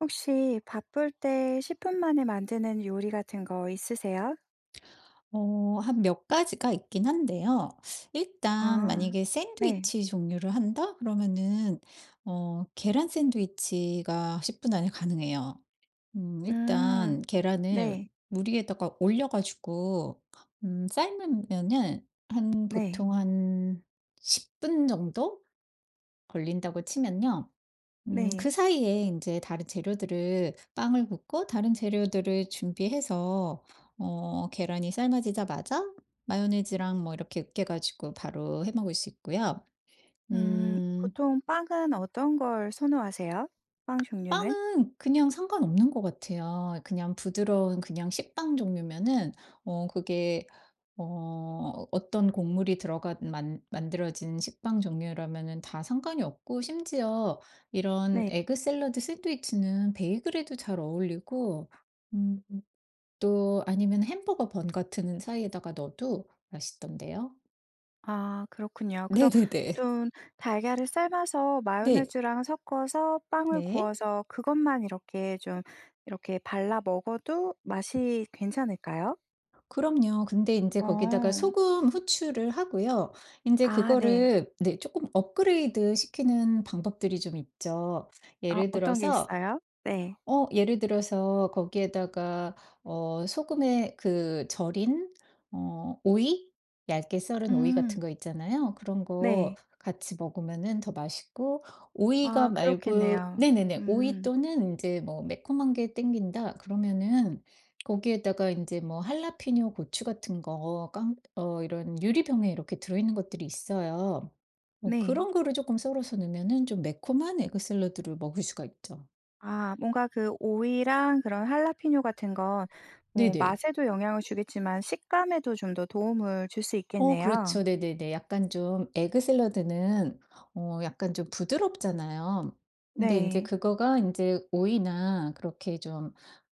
혹시 바쁠 때 10분 만에 만드는 요리 같은 거 있으세요? 어 한 몇 가지가 있긴 한데요. 일단 아, 만약에 네. 샌드위치 종류를 한다? 그러면은 계란 샌드위치가 10분 안에 가능해요. 음, 일단 계란을 네. 물 위에다가 올려 가지고 삶으면은 한 네. 보통 한 10분 정도 걸린다고 치면요. 네. 그 사이에 이제 다른 재료들을 빵을 굽고 다른 재료들을 준비해서 계란이 삶아지자마자 마요네즈랑 뭐 이렇게 으깨 가지고 바로 해 먹을 수 있고요. 음, 음. 보통 빵은 어떤 걸 선호하세요? 빵 종류는? 빵은 그냥 상관없는 것 같아요. 그냥 부드러운 그냥 식빵 종류면은 그게 어떤 곡물이 들어가 만 만들어진 식빵 종류라면은 다 상관이 없고 심지어 이런 네. 에그 샐러드 샌드위치는 베이글에도 잘 어울리고 음 또 아니면 햄버거 번 같은 사이에다가 넣어도 맛있던데요. 아, 그렇군요. 그럼 네네네. 보통 달걀을 삶아서 네. 마요네즈랑 섞어서 빵을 네. 구워서 그것만 이렇게 좀 이렇게 발라 먹어도 맛이 괜찮을까요? 그럼요. 근데 인제 거기다가 어. 소금, 후추를 하고요. 인제 아, 네. 그거를 네 쪼끔 업그레이드 시키는 방법들이 좀 있죠. 아, 예를 어떤 게 들어서 있어요? 네. 예를 들어서 거기에다가 소금에 그 절인 어 오이? 얇게 썰은 오이 음. 같은 거 있잖아요. 그런 거 네. 같이 먹으면은 더 맛있고 오이가 아, 말고 그렇겠네요. 네네네. 오이 음, 또는 이제 뭐 매콤한 게 땡긴다 그러면은 거기에다가 이제 뭐 할라피뇨 고추 같은 거 깡 어 이런 유리병에 이렇게 들어있는 것들이 있어요. 뭐 네. 그런 거를 조금 썰어서 넣으면은 좀 매콤한 에그 샐러드를 먹을 수가 있죠. 아, 뭔가 그 오이랑 그런 할라피뇨 같은 건 뭐 네네. 맛에도 영향을 주겠지만 식감에도 좀 더 도움을 줄 수 어 있겠네요. 그렇죠. 네네네. 약간 좀 에그 샐러드는 약간 좀 부드럽잖아요. 근데 이제 네. 그거가 이제 오이나 그렇게 좀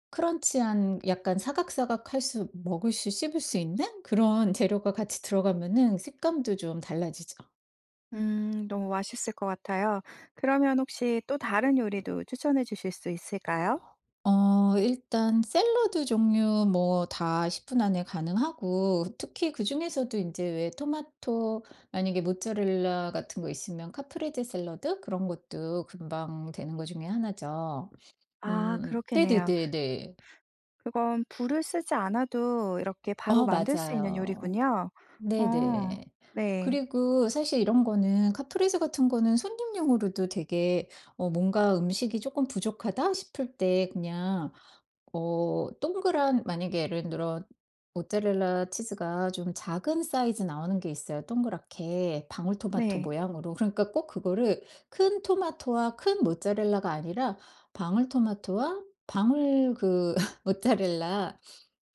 크런치한 약간 사각사각할 수 먹을 수 씹을 수 있는 그런 재료가 같이 들어가면은 식감도 좀 달라지죠. 음, 너무 맛있을 것 같아요. 그러면 혹시 또 다른 요리도 추천해 주실 수 있을까요? 일단 샐러드 종류 뭐 다 10분 안에 가능하고 특히 그중에서도 이제 왜 토마토 만약에 모짜렐라 같은 거 있으면 카프레제 샐러드 그런 것도 금방 되는 거 중에 하나죠. 아, 그렇겠네요. 네네네네. 그건 불을 쓰지 않아도 이렇게 바로 어 만들 수 있는 맞아요. 요리군요. 어, 네네. 네. 그리고 사실 이런 거는 카프리즈 같은 거는 손님용으로도 되게 뭔가 음식이 조금 부족하다 싶을 때 그냥 동그란 만약에 예를 들어 모짜렐라 치즈가 좀 작은 사이즈 나오는 게 있어요, 동그랗게 방울토마토 네. 모양으로. 그러니까 꼭 그거를 큰 토마토와 큰 모짜렐라가 아니라 방울토마토와 방울 그 모짜렐라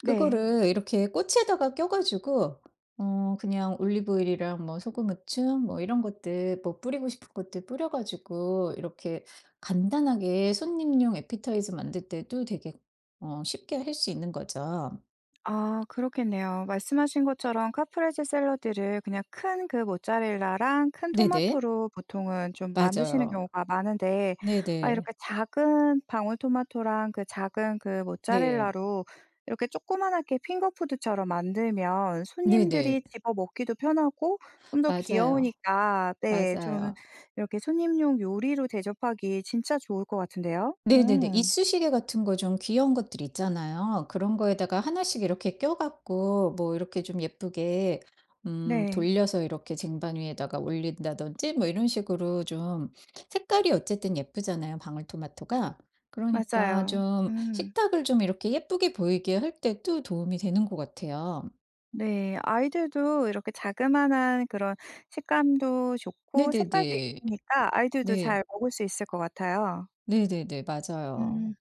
네. 그거를 이렇게 꼬치에다가 껴 가지고 그냥 올리브오일이랑 뭐 소금후추 뭐 이런 것들 뭐 뿌리고 싶은 것들 뿌려 가지고 이렇게 간단하게 손님용 애피타이저 만들 때도 되게 쉽게 할 수 있는 거죠. 아, 그렇겠네요. 말씀하신 것처럼 카프레제 샐러드를 그냥 큰 그 모짜렐라랑 큰 네네. 토마토로 보통은 좀 만드시는 맞아요. 경우가 많은데 아, 네네. 이렇게 작은 방울토마토랑 그 작은 그 네. 모짜렐라로 이렇게 조그만하게 핑거푸드처럼 만들면 손님들이 네네. 집어 먹기도 편하고 좀 더 맞아요. 귀여우니까 네, 좀 맞아요. 이렇게 손님용 요리로 대접하기 진짜 좋을 것 같은데요. 네네네. 음. 이쑤시개 같은 거 좀 귀여운 것들 있잖아요. 그런 거에다가 하나씩 이렇게 껴 갖고 뭐 이렇게 좀 예쁘게 네. 돌려서 이렇게 쟁반 위에다가 올린다든지 뭐 이런 식으로 좀 색깔이 어쨌든 예쁘잖아요, 방울토마토가. 그러니까 맞아요. 좀 음. 식탁을 좀 이렇게 예쁘게 보이게 할 때도 도움이 되는 것 같아요. 네. 아이들도 이렇게 자그마한 그런 식감도 좋고 색깔도 네네네. 예쁘니까 아이들도 네. 잘 먹을 수 있을 것 같아요. 네네네. 맞아요. 음.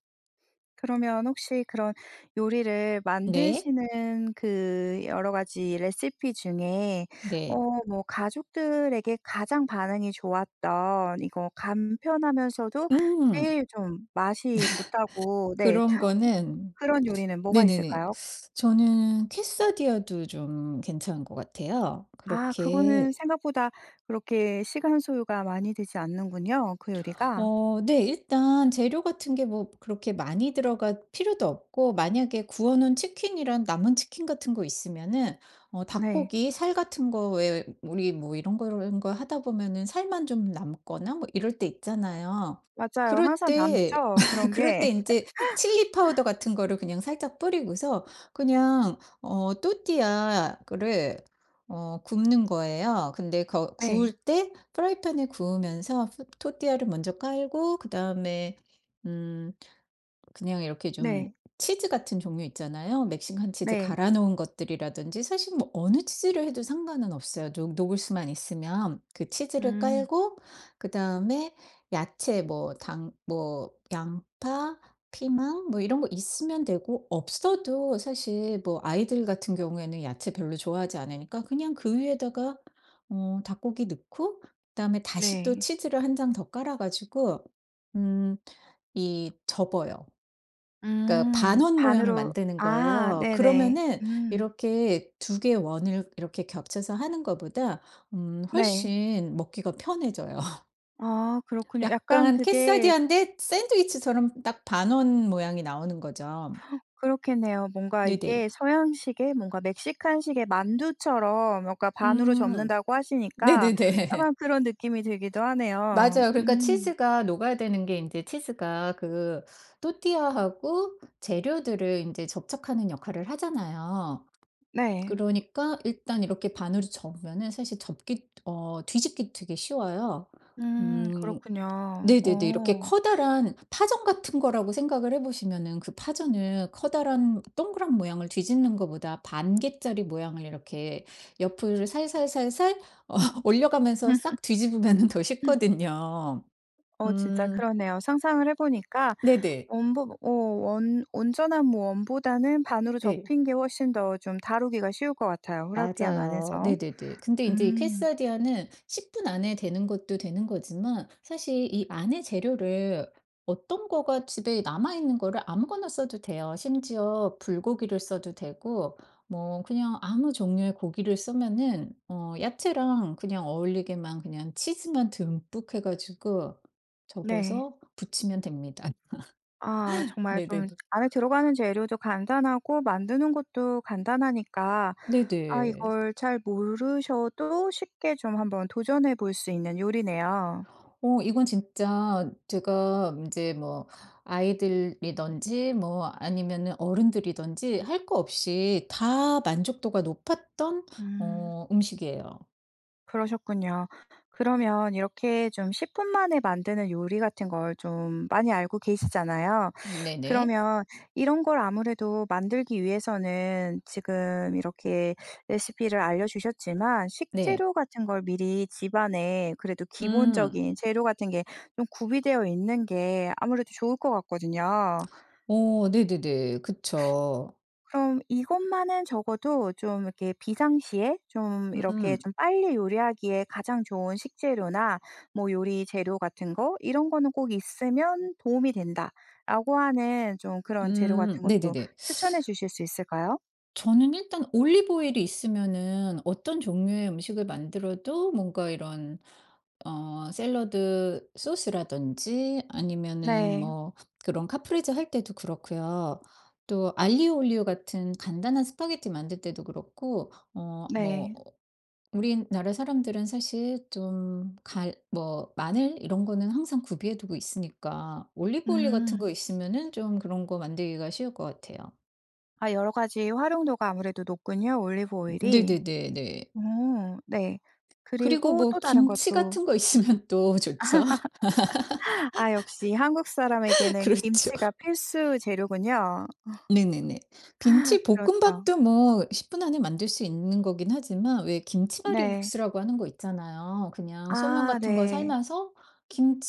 그러면 혹시 그런 요리를 네. 만드시는 그 여러 가지 레시피 중에 네. 어, 뭐 가족들에게 가장 반응이 좋았던 이거 간편하면서도 음. 제일 좀 맛이 좋다고, 네. 그런 어, 거는 그런 요리는 뭐가 네네네. 있을까요? 저는 퀘사디아도 좀 괜찮은 것 같아요. 아, 그렇게 그거는 생각보다 그렇게 시간 소요가 많이 되지 않는군요, 그 요리가. 어 네 일단 재료 같은 게 뭐 그렇게 많이 들어갈 필요도 없고 만약에 구워 놓은 치킨이랑 남은 치킨 같은 거 있으면은 네. 닭고기 살 같은 거에 우리 뭐 이런 거런 거 하다 보면은 살만 좀 남거나 뭐 이럴 때 있잖아요. 맞아요. 그럴 항상 때 남죠, 그런 그럴 게. 때 이 제 칠리 파우더 같은 거를 그냥 살짝 뿌리고서 그냥 또띠아 거를 굽는 거예요. 근데 거 네. 구울 때 프라이팬에 구우면서 토띠아를 먼저 깔고 그다음에 음 그냥 이렇게 좀 네. 치즈 같은 종류 있잖아요. 멕시칸 치즈 네. 갈아 놓은 것들이라든지 사실 뭐 어느 치즈를 해도 상관은 없어요. 녹 녹을 수만 있으면 그 치즈를 음. 깔고 그다음에 야채 뭐 당 뭐 양파, 피망 뭐 이런 거 있으면 되고 없어도 사실 뭐 아이들 같은 경우에는 야채 별로 좋아하지 않으니까 그냥 그 위에다가 닭고기 넣고 그다음에 다시 또 네. 치즈를 한 장 더 깔아 가지고 음 이 접어요. 그러니까 음. 반원 모양을 반으로, 만드는 아, 거예요. 네네. 그러면은 음. 이렇게 두 개의 원을 이렇게 겹쳐서 하는 것보다 네. 훨씬 먹기가 편해져요. 아, 그렇군요. 약간 약간 그게 캐사디아인데 샌드위치처럼 딱 반원 모양이 나오는 거죠. 그렇겠네요. 뭔가 네네. 이게 서양식의 뭔가 멕시칸식의 만두처럼 뭔가 반으로 음. 접는다고 하시니까 네네네. 약간 그런 느낌이 들기도 하네요. 맞아요. 그러니까 음. 치즈가 녹아야 되는 게 이제 치즈가 그 또띠아하고 재료들을 이제 접촉하는 역할을 하잖아요. 네. 그러니까 일단 이렇게 반으로 접으면은 사실 접기 어 뒤집기 되게 쉬워요. 음, 음 그렇군요. 네네네. 이렇게 어. 커다란 파전 같은 거라고 생각을 해 보시면은 그 파전을 커다란 동그란 모양을 뒤집는 것보다 반개짜리 모양을 이렇게 옆을 살살살살 어 올려가면서 싹 뒤집으면은 더 쉽거든요. 어, 진짜 음 그러네요. 상상을 해 보니까 네네. 원보 어 원 온전한 무 원보다는 반으로 네. 접힌 게 훨씬 더 좀 다루기가 쉬울 것 같아요, 후라이팬 맞아요. 안에서. 네네네. 근데 인제 이 음, 퀘사디아는 10분 안에 되는 것도 되는 거지만 사실 이 안에 재료를 어떤 거가 집에 남아있는 거를 아무거나 써도 돼요. 심지어 불고기를 써도 되고 뭐 그냥 아무 종류의 고기를 쓰면은 야채랑 그냥 어울리게만 그냥 치즈만 듬뿍 해 가지고 네. 접어서 부치면 됩니다. 아, 정말 좀 네네네. 안에 들어가는 재료도 간단하고 만드는 것도 간단하니까 아, 네네. 이걸 잘 모르셔도 쉽게 좀 한번 도전해 볼 수 있는 요리네요. 어 이건 진짜 제가 이제 뭐 아이들이든지 뭐 아니면은 어른들이든지 할 거 없이 다 만족도가 높았던 음. 음식이에요. 그러셨군요. 그러면 이렇게 좀 10분 만에 만드는 요리 같은 걸 좀 많이 알고 계시잖아요. 네네. 그러면 이런 걸 아무래도 만들기 위해서는 지금 이렇게 레시피를 알려주셨지만 네. 식재료 같은 걸 미리 집안에 그래도 음. 기본적인 재료 같은 게 좀 구비되어 있는 게 아무래도 좋을 것 같거든요. 어 네네네. 그쵸. 그럼 이것만은 적어도 좀 이렇게 비상시에 좀 이렇게 음. 좀 빨리 요리하기에 가장 좋은 식재료나 뭐 요리 재료 같은 거 이런 거는 꼭 있으면 도움이 된다라고 하는 좀 그런 재료 음. 같은 것도 네네네. 추천해 주실 수 있을까요? 저는 일단 올리브 오일이 있으면은 어떤 종류의 음식을 만들어도 뭔가 이런 샐러드 소스라든지 아니면은 네. 뭐 그런 카프레제 할 때도 그렇고요. 또 알리오 올리오 같은 간단한 스파게티 만들 때도 그렇고 어 뭐 네. 우리나라 사람들은 사실 좀 갈 뭐 마늘 이런 거는 항상 구비해 두고 있으니까 올리브 오일 같은 음. 거 있으면은 좀 그런 거 만들기가 쉬울 것 같아요. 아, 여러 가지 활용도가 아무래도 높군요, 올리브 오일이. 네네네네. 오, 네. 그리고 그리고 뭐 또 다른 김치 것도 같은 거 있으면 또 좋죠. 아, 역시 한국 사람에게는 그렇죠. 김치가 필수 재료군요. 네네네. 김치 그렇죠. 볶음밥도 뭐 10분 안에 만들 수 있는 거긴 하지만 왜 네. 김치말이국수라고 하는 거 있잖아요. 그냥 소면 아, 같은 거 네. 삶아서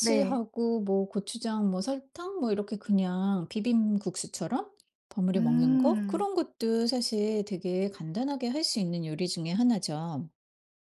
네. 뭐 고추장 뭐 설탕 뭐 이렇게 그냥 비빔국수처럼 버무려 먹는 거? 음. 그런 것도 사실 되게 간단하게 할 수 있는 요리 중에 하나죠.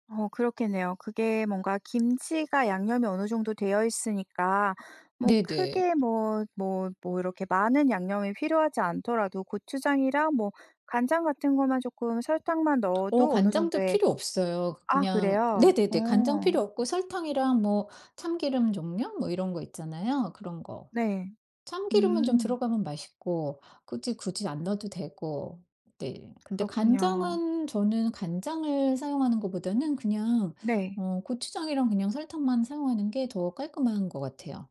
어, 그렇겠네요. 그게 뭔가 김치가 양념이 어느 정도 되어 있으니까 뭐 네네. 크게 뭐 이렇게 많은 양념이 필요하지 않더라도 고추장이랑 뭐 간장 같은 것만 쪼끔 설탕만 어 넣어도 어느 간장도 정도의 필요 없어요. 아, 그냥 그래요? 네네네. 간장 어. 필요 없고 설탕이랑 뭐 참기름 종류 뭐 이런 거 있잖아요. 그런 거. 네. 참기름은 좀 음. 들어가면 맛있고 굳이 굳이 안 넣어도 되고. 네. 근데 그렇군요. 간장은 저는 간장을 사용하는 것보다는 그냥 네. 고추장이랑 그냥 설탕만 사용하는 게 더 깔끔한 것 같아요.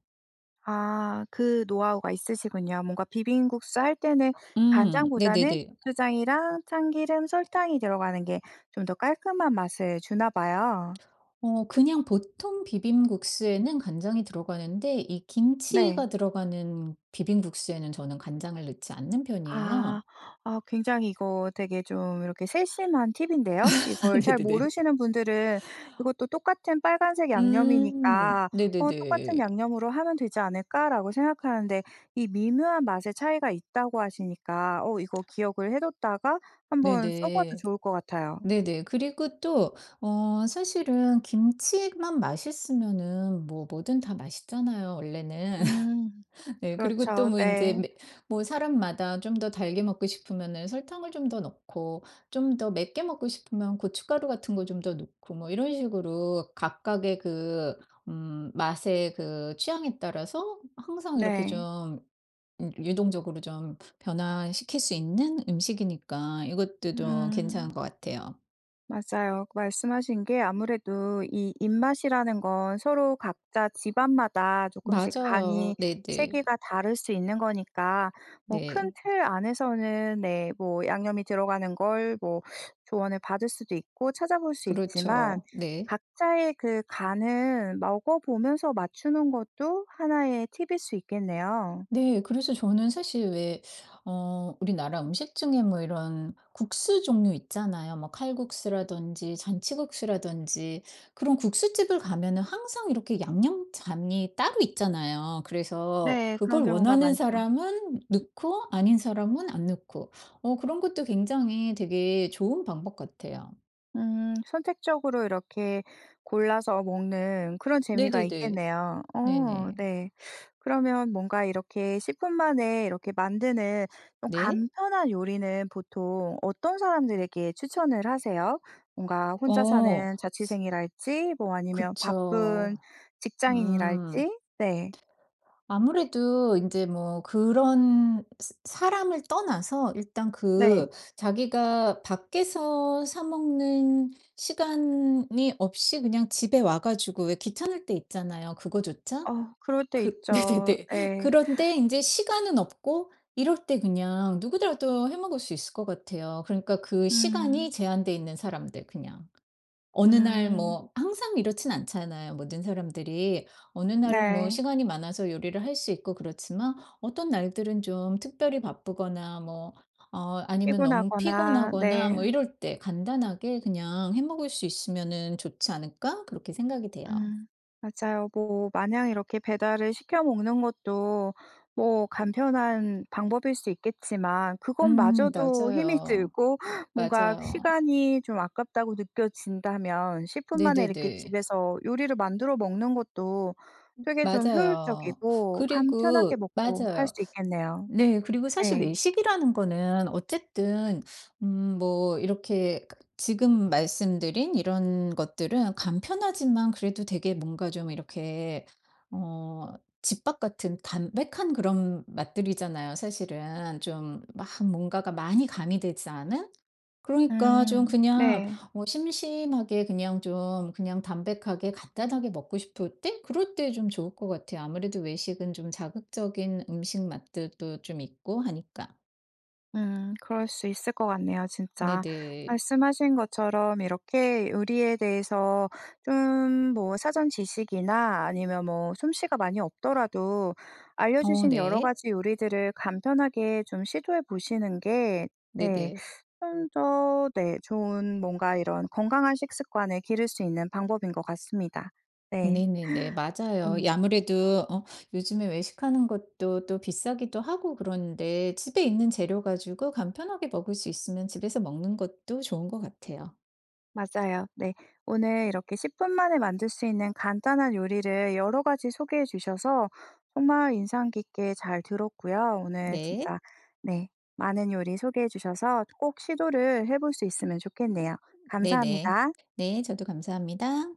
아, 그 노하우가 있으시군요. 뭔가 비빔국수 할 때는 간장보다는 네네네. 고추장이랑 참기름, 설탕이 들어가는 게 좀 더 깔끔한 맛을 주나 봐요. 어 그냥 보통 비빔국수에는 간장이 들어가는데 이 네. 김치가 들어가는 비빔국수에는 저는 간장을 넣지 않는 아. 편이에요. 아, 굉장히 이거 되게 좀 이렇게 세심한 팁인데요. 이걸 잘 네네네. 모르시는 분들은 이것도 똑같은 빨간색 음. 양념이니까 '어, 똑같은 네네네. 양념으로 하면 되지 않을까?'라고 생각하는데 이 미묘한 맛의 차이가 있다고 하시니까 어, 이거 기억을 해 뒀다가 한번 써 봐도 네네. 좋을 것 같아요. 네네. 그리고 또 어 사실은 김치만 맛있으면은 뭐 뭐든 다 맛있잖아요 원래는. 음. 네. 그리고 또 그렇죠. 뭐 이제 네. 매 뭐 사람마다 좀 더 달게 먹고 싶으면은 설탕을 좀 더 넣고 좀 더 맵게 먹고 싶으면 고춧가루 같은 거 좀 더 넣고 뭐 이런 식으로 각각의 그 맛의 그 취향에 따라서 항상 이렇게 네. 좀 유동적으로 좀 변화시킬 수 있는 음식이니까 이것도 좀 괜찮은 음. 것 같아요. 맞아요. 그 말씀하신 게 아무래도 이 입맛이라는 건 서로 각자 집안마다 조금씩 맞아요. 간이 네네. 세기가 다를 수 있는 거니까 뭐 큰 네. 틀 안에서는 네, 뭐 양념이 들어가는 걸 뭐 조언을 받을 수도 있고 찾아볼 수 있지만 그렇죠. 네. 각자의 그 간은 먹어보면서 맞추는 것도 하나의 팁일 수 있겠네요. 네. 그래서 저는 사실 왜 우리나라 음식 중에 뭐 이런 국수 종류 있잖아요. 뭐 칼국수라든지 잔치국수라든지 그런 국수집을 가면은 항상 이렇게 양념장이 따로 있잖아요. 그래서 네, 그걸 그런 경우가 원하는 많죠. 사람은 넣고 아닌 사람은 안 넣고 그런 것도 굉장히 되게 좋은 방법 같아요. 음. 선택적으로 이렇게 골라서 먹는 그런 재미가 네네네. 있겠네요. 어, 네네. 네. 그러면 뭔가 이렇게 10분 만에 이렇게 만드는 좀 네. 간편한 요리는 보통 어떤 사람들에게 추천을 하세요? 뭔가 혼자 사는 어 자취생이랄지 뭐 아니면 그쵸. 바쁜 음. 직장인이랄지. 네. 아무래도 인제 뭐 그런 스 사람을 떠나서 일단 네. 그 자기가 밖에서 사 먹는 시간이 없이 그냥 집에 와 가지고 왜 귀찮을 때 있잖아요 그거조차. 어, 그럴 때 그 있죠. 네네네. 네. 그런데 인제 시간은 없고 이럴 때 그냥 누구더라도 해 먹을 수 있을 것 같아요. 그러니까 그 음. 시간이 제한돼 있는 사람들 그냥. 어느 날 음. 뭐 항상 이렇진 않잖아요, 모든 사람들이. 어느 날은 뭐 네. 시간이 많아서 요리를 할 수 있고 그렇지만 어떤 날들은 좀 특별히 바쁘거나 뭐 아니면 너무 피곤하거나, 피곤하거나 네. 뭐 이럴 때 간단하게 그냥 해 먹을 수 있으면은 좋지 않을까? 그렇게 생각이 돼요. 음. 맞아요. 뭐 마냥 이렇게 배달을 시켜 먹는 것도 뭐 간편한 방법일 수 있겠지만 그것마저도 힘이 맞아요. 들고 뭔가 맞아요. 시간이 좀 아깝다고 느껴진다면 10분 만에 이렇게 네네네. 집에서 요리를 만들어 먹는 것도 되게 좀 맞아요. 효율적이고 그리고 간편하게 먹고 할 맞아요. 수 있겠네요. 네. 그리고 사실 네. 외식이라는 거는 어쨌든 뭐 이렇게 그 지금 말씀드린 이런 것들은 간편하지만 그래도 되게 뭔가 좀 이렇게 어 집밥 같은 담백한 그런 맛들이잖아요 사실은. 좀 막 뭔가가 많이 가미되지 않은? 그러니까 좀 음. 그냥 네. 심심하게 그냥 좀 그냥 담백하게 간단하게 먹고 싶을 때 그럴 때 좀 좋을 것 같아요. 아무래도 외식은 좀 자극적인 음식 맛들도 좀 있고 하니까. 음, 그럴 수 있을 것 같네요, 진짜. 네네. 말씀하신 것처럼 이렇게 요리에 대해서 좀 뭐 사전 지식이나 아니면 뭐 솜씨가 많이 없더라도 알려 어 주신 여러 네. 가지 요리들을 간편하게 좀 시도해 보시는 게 네 네네. 좀 더 네 좋은 뭔가 이런 건강한 식습관을 기를 수 있는 방법인 것 같습니다. 네. 네네네. 맞아요. 오늘 이 아무래도 어 요즘에 외식하는 것도 또 비싸기도 하고 그런데 집에 있는 재료 가지고 간편하게 먹을 수 있으면 집에서 먹는 것도 좋은 것 같아요. 맞아요. 네. 오늘 이렇게 10분 만에 만들 수 있는 간단한 요리를 여러 가지 소개해 주셔서 정말 인상 깊게 잘 들었고요. 오늘 네. 진짜 네. 많은 요리 소개해 주셔서 꼭 시도를 해볼 수 있으면 좋겠네요. 네네. 감사합니다. 네. 저도 감사합니다.